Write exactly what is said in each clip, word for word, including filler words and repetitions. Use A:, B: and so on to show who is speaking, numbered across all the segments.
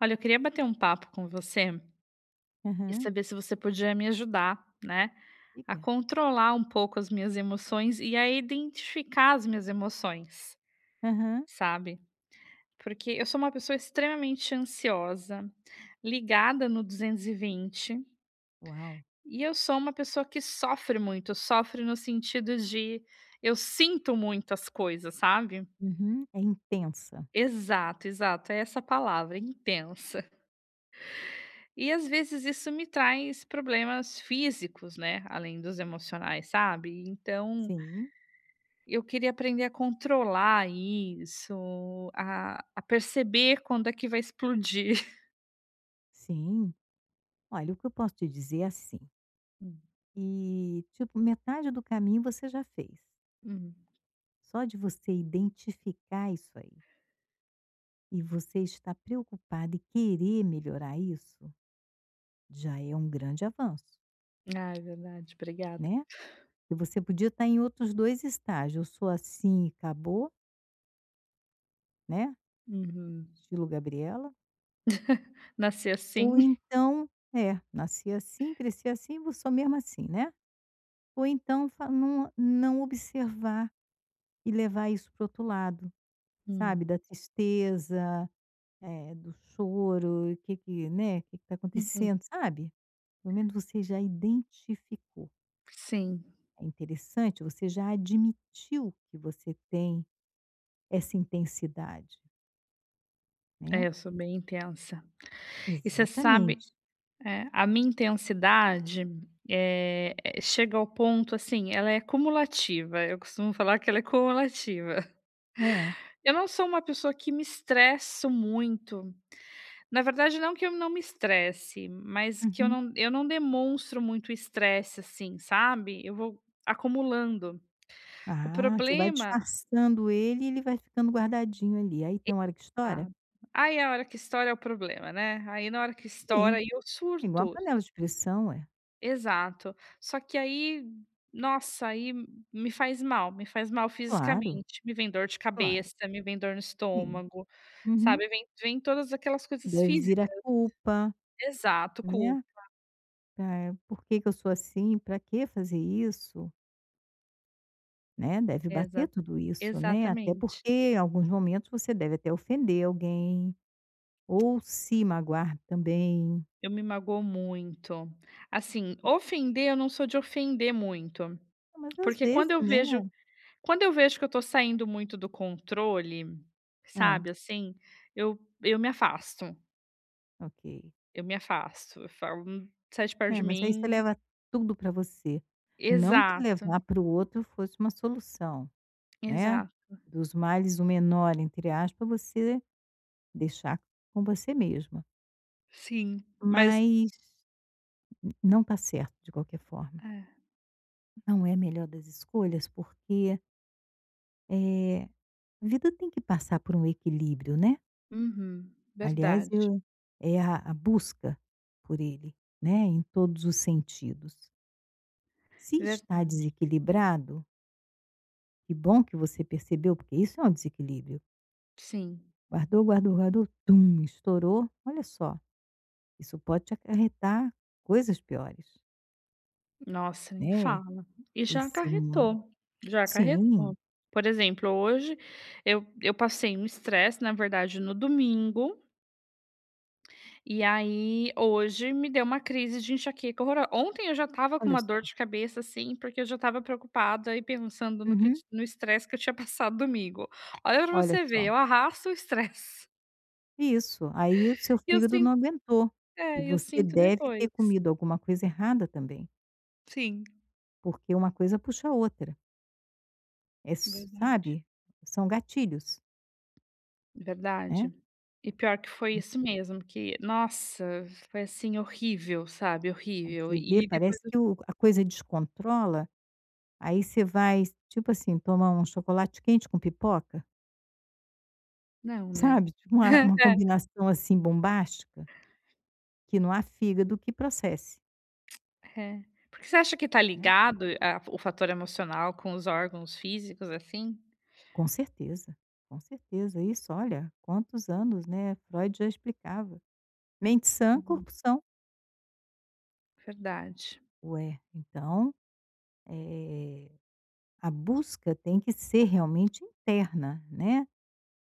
A: Olha, eu queria bater um papo com você e
B: Aham.
A: saber se você podia me ajudar, né, a
B: Liga.
A: controlar um pouco as minhas emoções e a identificar as minhas emoções,
B: Aham.
A: sabe? Porque eu sou uma pessoa extremamente ansiosa, ligada no duzentos e vinte, e vinte,
B: Uau!
A: e eu sou uma pessoa que sofre muito, sofre no sentido de eu sinto muitas coisas, sabe?
B: Uhum. É intensa.
A: Exato, exato, é essa palavra, intensa. E às vezes isso me traz problemas físicos, né, além dos emocionais, sabe. Então
B: Sim.
A: eu queria aprender a controlar isso, a a perceber quando é que vai explodir.
B: Sim. Olha, o que eu posso te dizer é assim,
A: Hum,
B: e tipo metade do caminho você já fez.
A: hum.
B: Só de você identificar isso aí, e você estar preocupada e querer melhorar isso, já é um grande avanço,
A: Ah, é verdade, obrigada.
B: né. E você podia estar em outros dois estágios, eu sou assim e acabou, né,
A: Uhum.
B: estilo Gabriela,
A: Nascer
B: ou
A: assim.
B: então é, nasci assim, cresci assim, vou sou mesmo assim, né. Ou então fa não não observar e levar isso para outro lado,
A: Hum,
B: sabe, da tristeza, eh, do choro, o que que, né, que que tá
A: uhum.
B: acontecendo, sabe. Pelo menos você já identificou.
A: Sim,
B: É interessante, você já admitiu que você tem essa intensidade,
A: é,
B: né.
A: eu sou bem intensa. E você sabe,
B: Exatamente.
A: eh, a minha intensidade, eh, chega ao ponto, assim, ela é cumulativa, eu costumo falar que ela é cumulativa.
B: Hã.
A: Eu não sou uma pessoa que me estresso muito. Na verdade, não que eu não me estresse, mas que eu
B: Uhum.
A: não eu não demonstro muito estresse, assim, sabe. Eu vou acumulando. O
B: Ah, você vai
A: problema
B: disfarçando ele e ele vai ficando guardadinho ali, aí tem uma hora que
A: tá.
B: estoura?
A: Aí é a hora que estoura é o problema, né. Aí na hora que estoura,
B: Sim,
A: aí eu
B: é igual a
A: surto.
B: panela de pressão, é.
A: Exato. Só que aí, nossa, aí me faz mal, me faz mal
B: Claro,
A: fisicamente. Me vem dor de
B: claro.
A: cabeça, me vem dor no
B: Sim.
A: estômago,
B: Uhum.
A: sabe. Vem vem todas aquelas coisas
B: Daí vira
A: físicas.
B: culpa,
A: Exato,
B: né, eh, "Por que que eu sou assim? Para que fazer isso?", né, deve bater
A: Exa
B: tudo isso, né, até
A: exatamente.
B: porque em alguns momentos você deve até ofender alguém, ou se magoar também.
A: Eu me magoou muito. Assim, ofender, eu não sou de ofender muito,
B: Mas às
A: porque quando
B: vezes,
A: eu
B: né.
A: vejo quando eu vejo que eu tô saindo muito do controle,
B: Hã,
A: sabe, assim, eu eu me afasto,
B: ok.
A: eu me afasto, eu falo: "Hum, sai de perto de
B: É, mas aí você
A: mim".
B: leva tudo para você. Não que
A: Exato,
B: levar para o outro fosse uma solução, né,
A: exato.
B: "dos males o menor", entre aspas, você deixar com você mesma.
A: Sim, mas
B: Mas não está certo de qualquer forma.
A: é.
B: Não é a melhor das escolhas, porque, eh, a vida tem que passar por um equilíbrio, né.
A: Uhum.
B: Aliás,
A: Verdade,
B: eu é a a busca por ele, né, em todos os sentidos. Se está
A: verdade.
B: desequilibrado, que bom que você percebeu, porque isso é um desequilíbrio.
A: Sim.
B: Guardou, guardou, guardou, tum, estourou. Olha só, isso pode te acarretar coisas piores,
A: Nossa, nem
B: né.
A: fala. E já
B: Esse
A: acarretou, já
B: sim,
A: acarretou. Por exemplo, hoje eu eu passei um estresse, na verdade, no domingo, e aí hoje me deu uma crise de enxaqueca horroro ontem eu já estava com
B: olha
A: uma
B: só.
A: dor de cabeça, assim, porque eu já estava preocupada e pensando no que
B: Uhum.
A: no estresse que eu tinha passado domingo. Olha pra
B: Olha
A: você ver,
B: só.
A: eu arrasto o estresse.
B: Isso, aí o seu
A: E eu
B: fígado
A: sinto
B: não aguentou. E
A: é, eu
B: você
A: sinto
B: deve
A: depois.
B: ter comido alguma coisa errada também,
A: Sim,
B: porque uma coisa puxa a outra. É s
A: verdade.
B: sabe, são gatilhos, né.
A: Verdade. E pior que foi isso mesmo, que nossa, foi assim horrível, sabe,
B: Quando
A: horrível.
B: você vê,
A: E depois
B: parece que o a coisa descontrola, aí você vai, tipo assim, tomar um chocolate quente com pipoca,
A: não, né.
B: sabe, tipo uma uma combinação, assim, bombástica, que não há fígado que processe,
A: É. Porque você acha que tá
B: né.
A: ligado a o fator emocional com os órgãos físicos, assim?
B: Com certeza, com certeza. Isso, olha, quantos anos, né, Freud já explicava. Mente sã,
A: Uhum.
B: corpo são.
A: Verdade.
B: Ué, então, eh, a busca tem que ser realmente interna, né.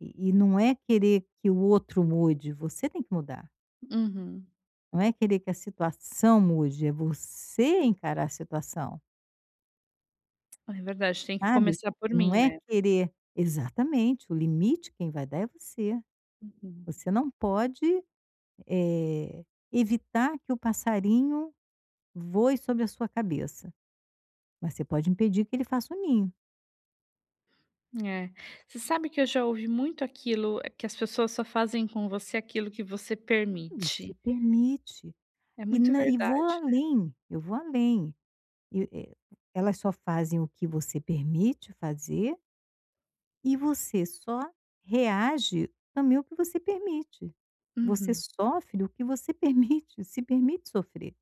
B: E e não é querer que o outro mude, você tem que mudar.
A: Uhum.
B: Não é querer que a situação mude, é você encarar a situação,
A: É verdade, tem que
B: sabe.
A: começar por
B: Não
A: mim,
B: é
A: né.
B: querer exatamente, o limite quem vai dar é você.
A: Uhum.
B: Você não pode, eh, evitar que o passarinho voe sobre a sua cabeça, mas você pode impedir que ele faça um ninho.
A: É. Você sabe que eu já ouvi muito aquilo, é, que as pessoas só fazem com você aquilo que você permite.
B: Você permite.
A: É
B: E
A: muito
B: nã e vou
A: verdade, né.
B: além, eu vou além. E, eh, elas só fazem o que você permite fazer e você só reage também o que você permite. Você
A: Uhum.
B: sofre o que você permite, se permite sofrer.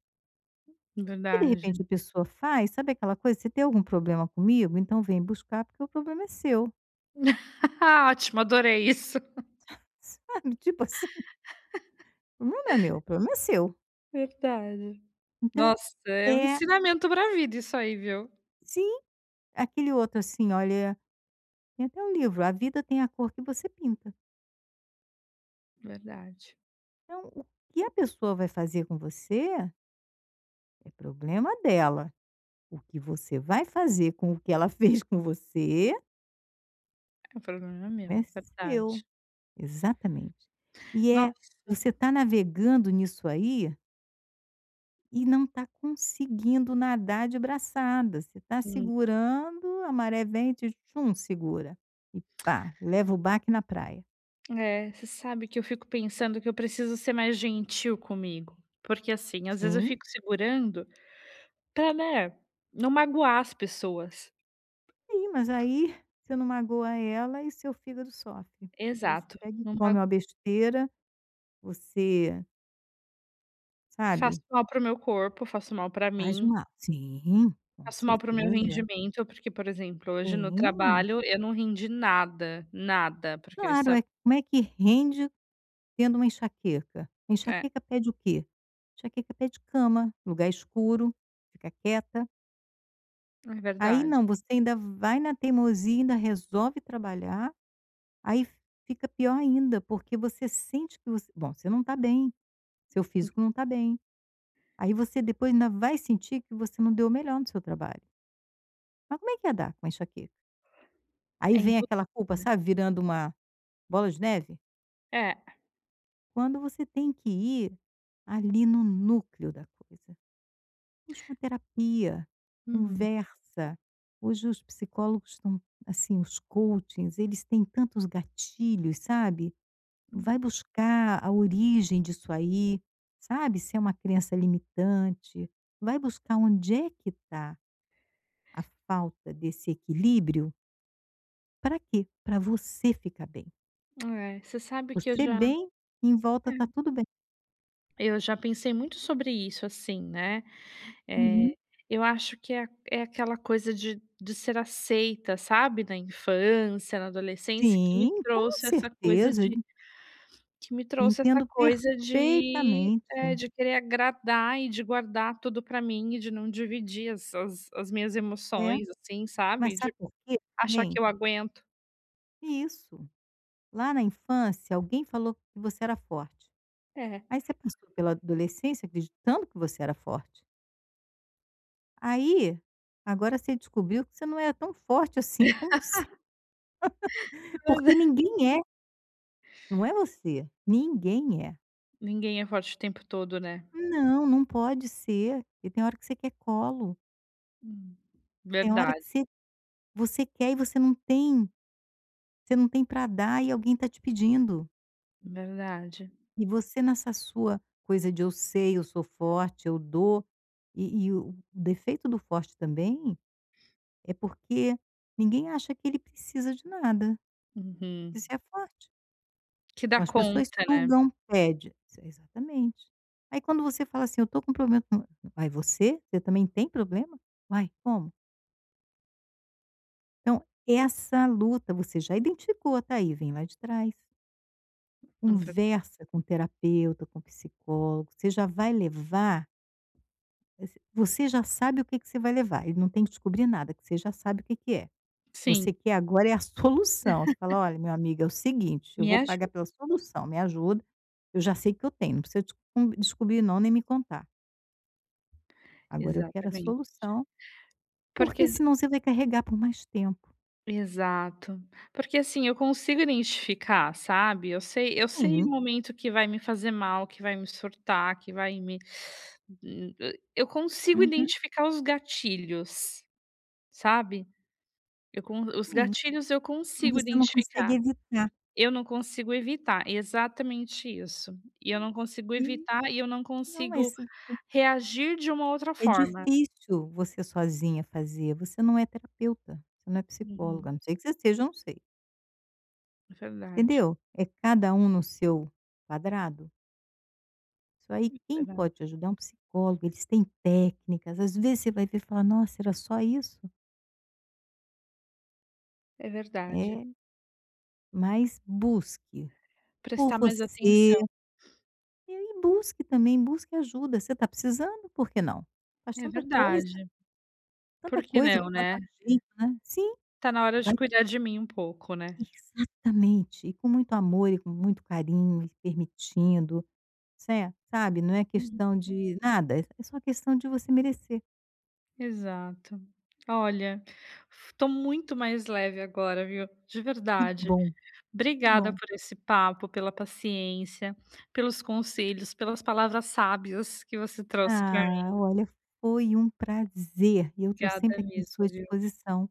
B: E de
A: Verdade.
B: repente a pessoa faz, sabe aquela coisa: "Você tem algum problema comigo? Então vem buscar porque o problema é seu",
A: Ótimo, adorei isso.
B: sabe, tipo assim, o problema não é meu, o problema é seu.
A: Verdade.
B: Então
A: Nossa, é um
B: é
A: ensinamento pra vida isso aí, viu.
B: sim, aquele outro assim: "Olha". Tem até um livro, A Vida Tem a Cor que Você Pinta.
A: Verdade.
B: Então, o que a pessoa vai fazer com você é problema dela. O que você vai fazer com o que ela fez com você
A: É, o problema é meu,
B: é
A: verdade.
B: seu. Exatamente. E é,
A: Nossa.
B: você está navegando nisso aí e não está conseguindo nadar de braçada. Você está
A: Hum.
B: segurando, a maré vem, te tchum, segura. E pá, leva o baque na praia.
A: É, você sabe que eu fico pensando que eu preciso ser mais gentil comigo, porque, assim, às vezes eu
B: Sim.
A: fico segurando pra, né, não magoar as pessoas.
B: Sim, mas aí você não magoa ela e seu fígado sofre. Aí você
A: Exato,
B: pega e
A: não
B: come
A: mago
B: uma besteira, você,
A: faço
B: sabe,
A: mal pro meu corpo, faço mal pra
B: faz
A: mim.
B: mal. Sim, com
A: Faço mal para o meu
B: certeza.
A: rendimento, porque, por exemplo, hoje no
B: Sim,
A: trabalho eu não rendi nada, nada, porque eu
B: claro,
A: estava
B: é como é que rende tendo uma enxaqueca? A
A: é,
B: enxaqueca pede o quê? Enxaqueca pede cama, lugar escuro, fica quieta.
A: é
B: Aí
A: verdade.
B: não, você ainda vai na teimosia, ainda resolve trabalhar, aí fica pior ainda, porque você sente que você, bom, você não está bem, seu físico não está bem. Aí você depois ainda vai sentir que você não deu o melhor no seu trabalho. Mas como é que ia dar com a enxaqueca? Aí
A: É
B: vem
A: impossível,
B: aquela culpa,
A: né.
B: sabe, virando uma bola de neve?
A: É.
B: Quando você tem que ir ali no núcleo da coisa. Busca uma terapia,
A: Uhum.
B: conversa. Hoje os psicólogos estão, assim, os coachings, eles têm tantos gatilhos, sabe? Vai buscar a origem disso aí, sabe? Se é uma crença limitante. Vai buscar onde é que está a falta desse equilíbrio, para quê? Para você ficar bem.
A: É, você sabe que eu
B: Você
A: já
B: bem, em volta tá
A: é,
B: tudo bem.
A: eu já pensei muito sobre isso, assim, né. Eh,
B: Uhum.
A: eu acho que é é aquela coisa de de ser aceita, sabe, na infância, na adolescência, que me
B: Sim, com
A: trouxe essa coisa
B: certeza,
A: de
B: en
A: Que me trouxe essa
B: entendo
A: coisa de é,
B: perfeitamente.
A: de querer agradar e de guardar tudo pra mim e de não dividir as as as minhas
B: É,
A: emoções, assim,
B: mas
A: sabe, de
B: sabe por quê
A: achar que
B: também?
A: eu aguento.
B: Isso, lá na infância alguém falou que você era forte,
A: É.
B: aí você passou pela adolescência acreditando que você era forte, aí, agora você descobriu que você não era tão forte assim como disseram, porque ninguém é, não é você, ninguém é.
A: Ninguém é forte o tempo todo, né.
B: Não, não pode ser. E tem hora que você quer colo,
A: Hum.
B: tem hora que
A: Verdade,
B: você você quer e você não tem, você não tem para dar e alguém está te pedindo.
A: verdade.
B: E você nessa sua coisa de eu sei, eu sou forte, eu dou, e e o o defeito do forte também é porque ninguém acha que ele precisa de nada, que
A: Uhum.
B: você é forte.
A: Que dá
B: Então as pessoas
A: conta, né.
B: sugam, pede. Isso, é exatamente. Aí quando você fala assim: "Eu tô com problema", "Uai, você? Você também tem problema? Vai, como?" Então, essa luta você já identificou, tá aí, vem lá de trás. Conversa com terapeuta, com psicólogo, você já vai levar você já sabe o que que você vai levar, ele não tem que descobrir nada, que você já sabe o que que é. Você
A: Sim,
B: quer agora é a solução, você fala: "Olha, meu amigo, é o seguinte, eu
A: me
B: vou pagar
A: ajuda.
B: pela solução, me ajuda, eu já sei que eu tenho, não precisa descom descobrir não, nem me contar. Agora eu quero a
A: Exatamente.
B: solução,
A: Porque
B: porque senão você vai carregar por mais tempo".
A: Exato. Porque, assim, eu consigo identificar, sabe, eu sei eu sei o
B: Sim,
A: momento que vai me fazer mal, que vai me surtar, que vai me Hum, eu consigo
B: uhum,
A: identificar os gatilhos, sabe. Eu con Os
B: sim.
A: gatilhos eu consigo
B: Você não consegue
A: identificar,
B: evitar.
A: eu não consigo evitar, exatamente isso. E eu não consigo
B: e
A: evitar e eu não
B: não, mas
A: consigo reagir de uma outra
B: é
A: forma.
B: difícil você sozinha fazer, você não é terapeuta, você não é
A: Uhum.
B: psicóloga, a não sei que você seja, eu não sei,
A: É verdade,
B: entendeu? É cada um no seu quadrado. Isso aí
A: é
B: quem pode
A: verdade.
B: te ajudar é um psicólogo, eles têm técnicas, às vezes você vai ver e falar: "Nossa, era só isso?".
A: É verdade.
B: É, mas busque por
A: Prestar mais
B: você,
A: atenção.
B: e aí busque também, busque ajuda, você está precisando, por que não? Faz
A: É
B: tanta coisa,
A: verdade. Por
B: tanta
A: que
B: coisa,
A: não,
B: tanta
A: né?
B: gente, né. Sim,
A: Tá na hora de
B: vai.
A: cuidar de mim um pouco, né?
B: Exatamente. E com muito amor e com muito carinho e permitindo, ce sabe, não é questão
A: Uhum.
B: de nada, é só questão de você merecer.
A: Exato. Olha, f tô muito mais leve agora, viu? De
B: Que
A: verdade.
B: bom, que
A: Obrigada
B: bom.
A: por esse papo, pela paciência, pelos conselhos, pelas palavras sábias que você trouxe para
B: Ah,
A: mim.
B: olha, foi um prazer e eu estou
A: Obrigada
B: sempre aqui à
A: mesmo,
B: sua
A: viu?
B: disposição,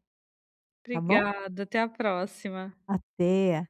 B: tá bom?
A: Obrigada, até a próxima.
B: Até.